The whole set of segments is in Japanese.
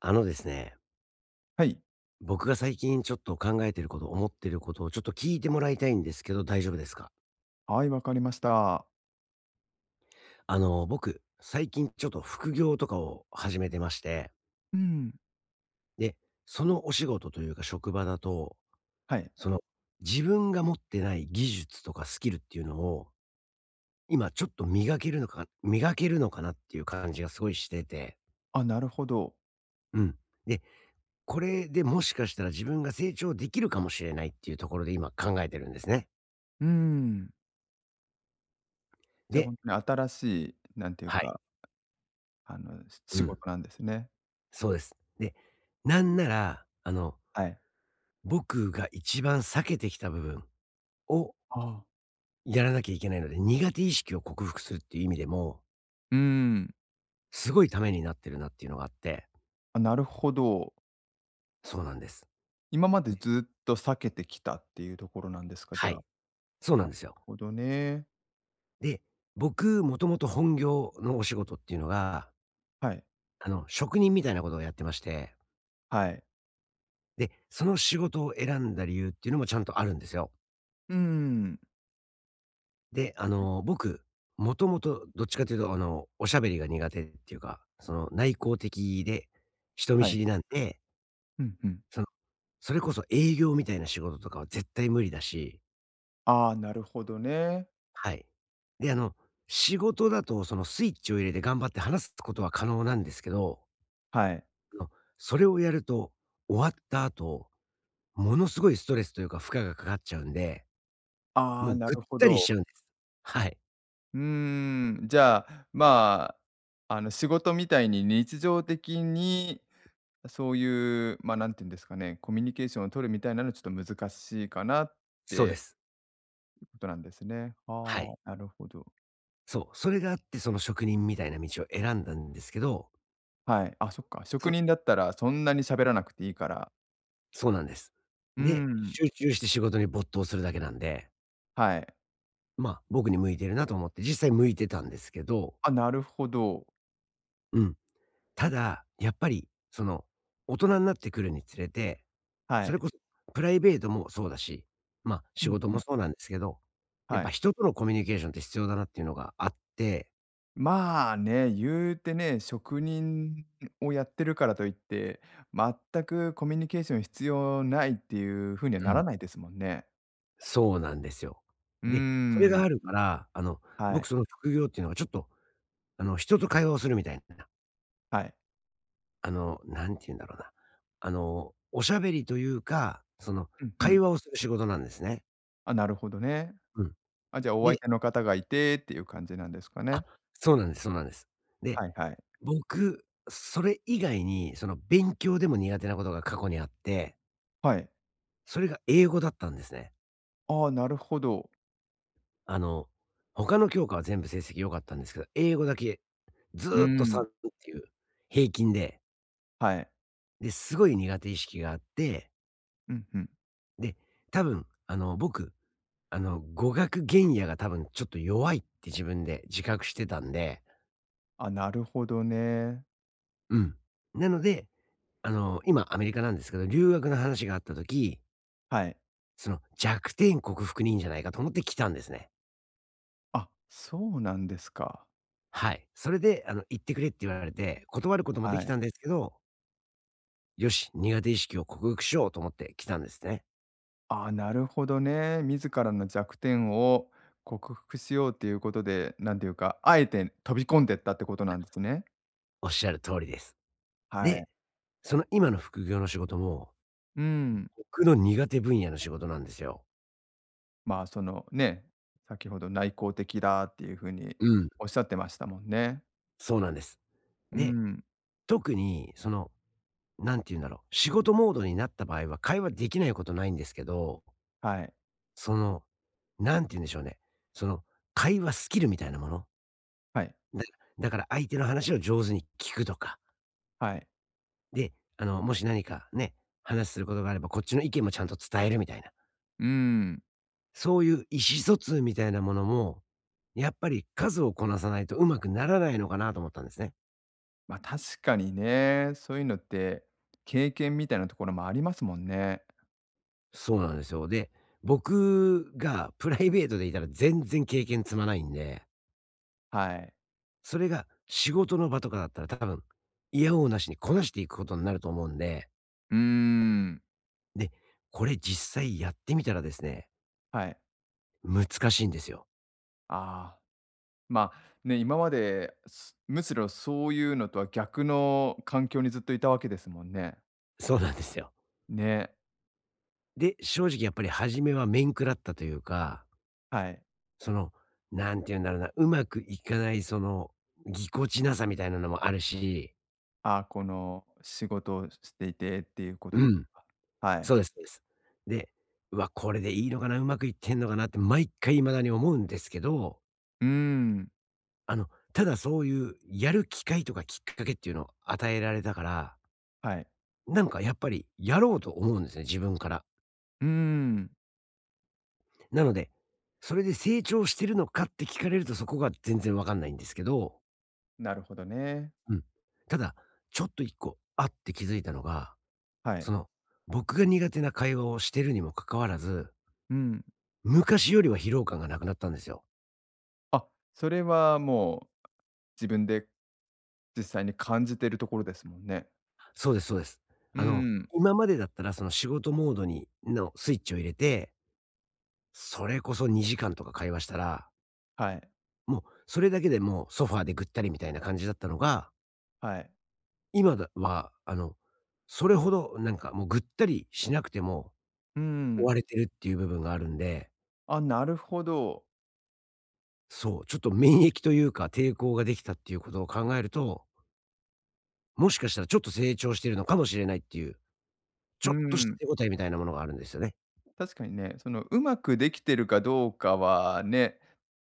あのですね、はい。僕が最近ちょっと考えてること、思ってることをちょっと聞いてもらいたいんですけど、大丈夫ですか？はい、わかりました。僕、最近ちょっと副業とかを始めてまして、うん。で、そのお仕事というか職場だと、はい。その、自分が持ってない技術とかスキルっていうのを、今ちょっと磨けるのかなっていう感じがすごいしてて、あ、なるほど。うん。で、これでもしかしたら自分が成長できるかもしれないっていうところで今考えてるんですね。うん。じゃあほで、んとに新しい、なんていうはか、い、あの、しう仕ん。事なんですね。そうです。で、なんなら、はい。僕が一番避けてきた部分をああ、やらなきゃいけないので、苦手意識を克服するっていう意味でも、うん。すごいためになってるなっていうのがあって、あ、なるほど。そうなんです。今までずっと避けてきたっていうところなんですか、じゃはあ。い。そうななんるですよ。ほどね。で、僕、もともと本業のお仕事っていうのが、はい。職人みたいなことをやってまして、はい。で、その仕事を選んだ理由っていうのもちゃんとあるんですよ。うん。で、僕、もともとどっちかというと、おしゃべりが苦手っていうか、内向的で、人見はい。知りなんで、うんうん。その、それこそ営業みたいな仕事とかは絶対無理だし、ああ、なるほどね。はい。で、仕事だと、そのスイッチを入れて頑張って話すことは可能なんですけど、はい。あの、それをやると、終わった後、ものすごいストレスというか負荷がかかっちゃうんで、あもあ、うなぐっるほたりしど。ちゃうんです。はい。うーん、じゃあ、仕事みたいに日常的に、そういう、ま、あなんていうんですかね、コミュニケーションを取るみたいなのはちょっと難しいかなっそうでてす。ことなんですね。はあい。あ、なるほど。そう、それがあって、その職人みたいな道を選んだんですけど、はい。あ、そっか、職そ人だったらそんなに喋らなくていいから。そうなんです。うーで、ん、集中して仕事に没頭するだけなんで、はい。まあ、僕に向いてるなと思って、実際向いてたんですけど、あ、なるほど。うん。ただ、やっぱり、大人になってくるにつれて、はそれい。こそプライベートもそうだし、まあ、う仕ん事うもん、そうなんですけど、やっはぱい。人とのコミュニケーションって必要だなっていうのがあって、まあね、言うてね、職人をやってるからといって、全くコミュニケーション必要ないっていう風にはうならん。ないですもんね。そうなんですよ。うーで、それがん。あるから、は僕い。その副業っていうのがちょっと人と会話をするみたいな、はい。あの、なんて言うんだろうな。あの、おしゃべりというか、うんうん。会話をする仕事なんですね。あ、なるほどね。うん。あ、じゃあお相で、手の方がいてっていう感じなんですかあ、ね。そうなんです。で、はいはい。僕、それ以外に、勉強でも苦手なことが過去にあって、はい。それが英語だったんですね。ああ、なるほど。あの、他の教科は全部成績良かったんですけど、英語だけずうーーっとん。3っていう平均で、はい。で、すごい苦手意識があって、うんうん。で、多分、あの、僕あの、語学原野が多分ちょっと弱いって自分で自覚してたんで、あ、なるほどね。うん。なので、今アメリカなんですけど、留学の話があった時、はい。その弱点克服にいいんじゃないかと思って来たんですね。あ、そうなんですか。はい。それで、行ってくれって言われて、断ることもではきい。たんですけど、よし、苦手意識を克服しようと思って来たんですね。ああ、なるほどね。自らの弱点を克服しようっていうことで、なんていうか、あえて飛び込んでったってことなんですね。おっしゃる通りです。はい。で、その今の副業の仕事も、うん。僕の苦手分野の仕事なんですよ。まあ、そのね、先ほど内向的だっていうふうにうん、おっしゃってましたもんね。そうなんです。うで、ん。特にそのなんて言うんだろう、仕事モードになった場合は会話できないことないんですけど、はい。その、なんて言うんでしょうね、その、会話スキルみたいなもの。はい。だだから相手の話を上手に聞くとか、はい。で、もし何かね、話することがあればこっちの意見もちゃんと伝えるみたいな、うん。そういう意思疎通みたいなものも、やっぱり数をこなさないとうまくならないのかなと思ったんですね。確かにね、そういうのって経験みたいなところもありますもんね。そうなんですよ。で、僕がプライベートでいたら全然経験積まないんで、はい。それが仕事の場とかだったら多分、嫌やなしにこなしていくことになると思うんで、うーん。で、これ実際やってみたらですね、はい。難しいんですよ。ああ。まあ、ね、今までむしろそういうのとは逆の環境にずっといたわけですもんね。そうなんですよ。ね、で、正直やっぱり初めは面食らったというか、はい。その、なんて言うんだろうな、うまくいかないぎこちなさみたいなのもあるし、あ、この仕事をしていてっていうことうですん、か。はい。そうです。で、うわ、これでいいのかな、うまくいってんのかなって毎回未だに思うんですけど、うーん、ただそういうやる機会とかきっかけっていうのを与えられたから、はい。なんかやっぱりやろうと思うんですね、自分から。うーん、なので、それで成長してるのかって聞かれるとそこが全然わかんないんですけど、なるほどね。うん。ただ、ちょっと一個、あって気づいたのが、はそい。の、僕が苦手な会話をしてるにもかかわらず、うん。昔よりは疲労感がなくなったんですよ。あ、それはもう自分で実際に感じてるところですもんね。そうです。うあの、ん、今までだったらその仕事モードにのスイッチを入れて、それこそ2時間とか会話したらはい、もう、それだけでもうソファーでぐったりみたいな感じだったのが、はい。今だは、それほどなんかもうぐったりしなくてもうー追ん。われてるっていう部分があるんで、あ、なるほど。そう、ちょっと免疫というか抵抗ができたっていうことを考えると、もしかしたらちょっと成長してるのかもしれないっていう、うちょっとしーたん。手応えみたいなものがあるんですよね。確かにね、その、うまくできてるかどうかはね、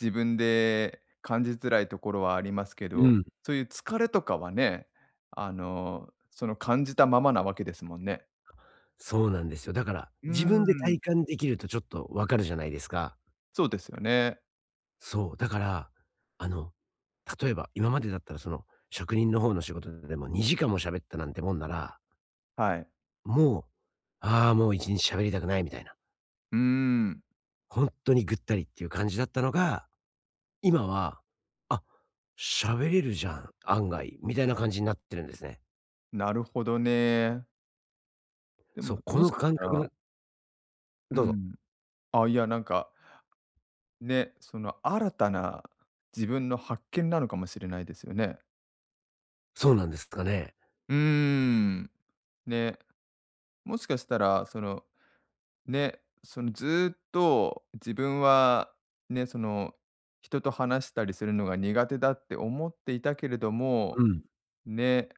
自分で感じづらいところはありますけうど、ん、そういう疲れとかはね、あの、その、感じたままなわけですもんね。そうなんですよ。だから、うー自分でん、体感できるとちょっとわかるじゃないですか。そうですよね。そう、だから、あの、例えば、今までだったら職人の方の仕事でも2時間も喋ったなんてもんなら、はい。もう、ああ、もう1日喋りたくないみたいな、うーん、本当にぐったりっていう感じだったのが、今は、あ、喋れるじゃん、案外、みたいな感じになってるんですね。なるほどね。でそも、う、こもしのかし感た覚らのうどうぞ。ん。あ、いや、なんか、ね、その、新たな自分の発見なのかもしれないですよね。そうなんですかね。うーん、ね、もしかしたら、そのね、そのずーっと自分はね、その人と話したりするのが苦手だって思っていたけれどうも、ん、ね、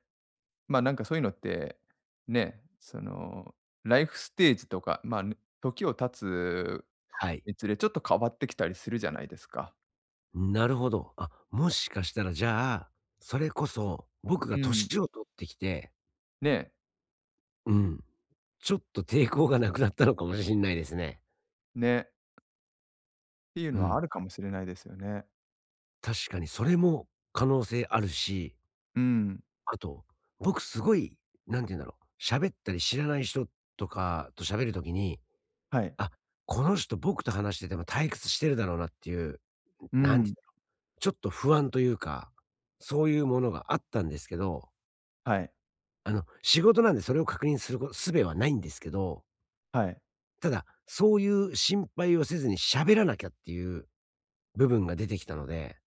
まあなんかそういうのって、ね、そのライフステージとか、まあね、時を経つはい。につれちょっと変わってきたりするじゃないですか。なるほど。あ、もしかしたらじゃあ、それこそ、僕うがん。年を取ってきて、ね、うん、ちょっと抵抗がなくなったのかもしれないですね。ね、っていううのはん。あるかもしれないですよね。確かにそれも可能性あるし、うん、あと、僕すごい、なんて言うんだろう、喋ったり知らない人とかと喋るときに、はい。あ、この人僕と話してても退屈してるだろうなっていう、うなんて言うんだん、ろう、ちょっと不安というか、そういうものがあったんですけど、はい、仕事なんでそれを確認するこ術はないんですけど、はい。ただ、そういう心配をせずに喋らなきゃっていう部分が出てきたので、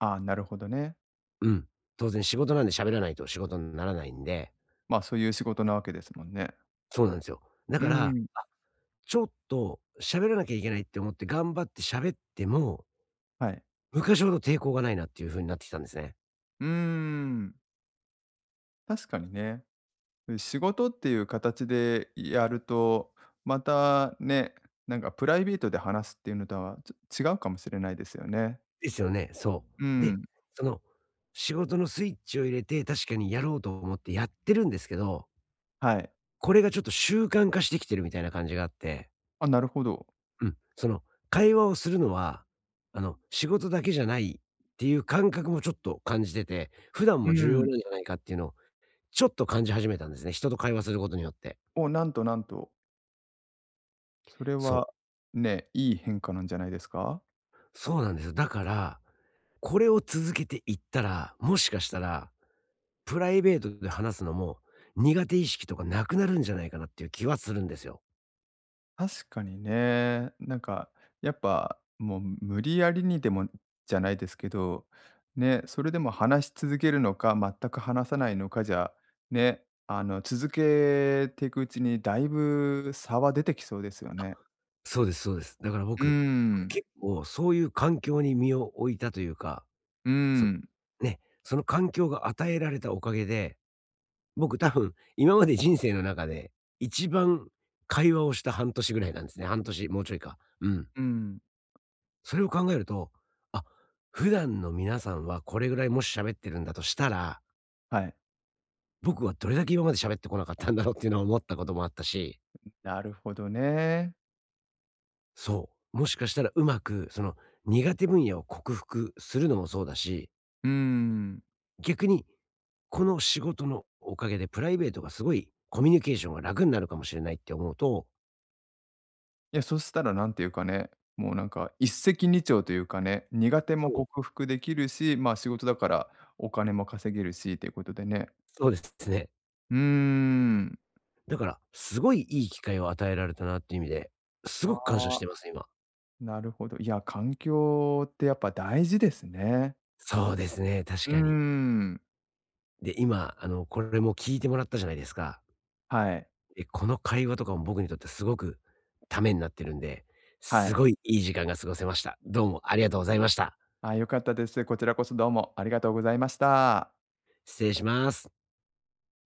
ああ、なるほどね。うん、当然仕事なんで喋らないと仕事にならないんで、まあそういう仕事なわけですもんね。そうなんですよ。だうから、ん。ちょっと喋らなきゃいけないって思って頑張って喋っても、はい。昔ほど抵抗がないなっていう風になってきたんですね。うーん、確かにね。仕事っていう形でやると、またね、なんかプライベートで話すっていうのとは、違うかもしれないですよね。ですよね、そうう。で、ん、その、仕事のスイッチを入れて、確かにやろうと思ってやってるんですけど、はい。これがちょっと習慣化してきてるみたいな感じがあって、あ、なるほど。うん、会話をするのは、仕事だけじゃないっていう感覚もちょっと感じてて、普段うも重要ん。なんじゃないかっていうのをちょっと感じ始めたんですね、人と会話することによって。お、なんとなんと、それそはう。ね、いい変化なんじゃないですか？そうなんですよ。だから、これを続けていったら、もしかしたら、プライベートで話すのも、苦手意識とかなくなるんじゃないかなっていう気はするんですよ。確かにね。なんか、やっぱ、もう無理やりにでもじゃないですけど、ね、それでも話し続けるのか、全く話さないのかじゃ、ね、あの、続けていくうちにだいぶ差は出てきそうですよね。そうです。だからうー僕、ん、結構そういう環境に身を置いたというか、うーそん。ね、その環境が与えられたおかげで、僕多分今まで人生の中で一番会話をした半年ぐらいなんですね。半年、もうちょいか。うん。うん、それを考えると、あ、普段の皆さんはこれぐらいもし喋ってるんだとしたら、はい。僕はどれだけ今まで喋ってこなかったんだろうっていうのを思ったこともあったし、なるほどね。そう、もしかしたらうまくその苦手分野を克服するのもそうだし、うーん。逆にこの仕事のおかげでプライベートがすごいコミュニケーションが楽になるかもしれないって思うと、いや、そしたらなんていうかね、もうなんか一石二鳥というかね、苦手もそう、克服できるし、まあ、仕事だからお金も稼げるしということでね。そうですね。うーん。だからすごいいい機会を与えられたなっていう意味で、すごく感謝あしあ、てます、今。なるほど。いや、環境ってやっぱ大事ですね。そうですね、確うーかに。ん。で、今、これも聞いてもらったじゃないですか。はい、で、この会話とかも僕にとってすごくためになってるんで、はすい。ごいいい時間が過ごせました。どうもありがとうございました。あ、良かったです。こちらこそどうもありがとうございました。失礼します。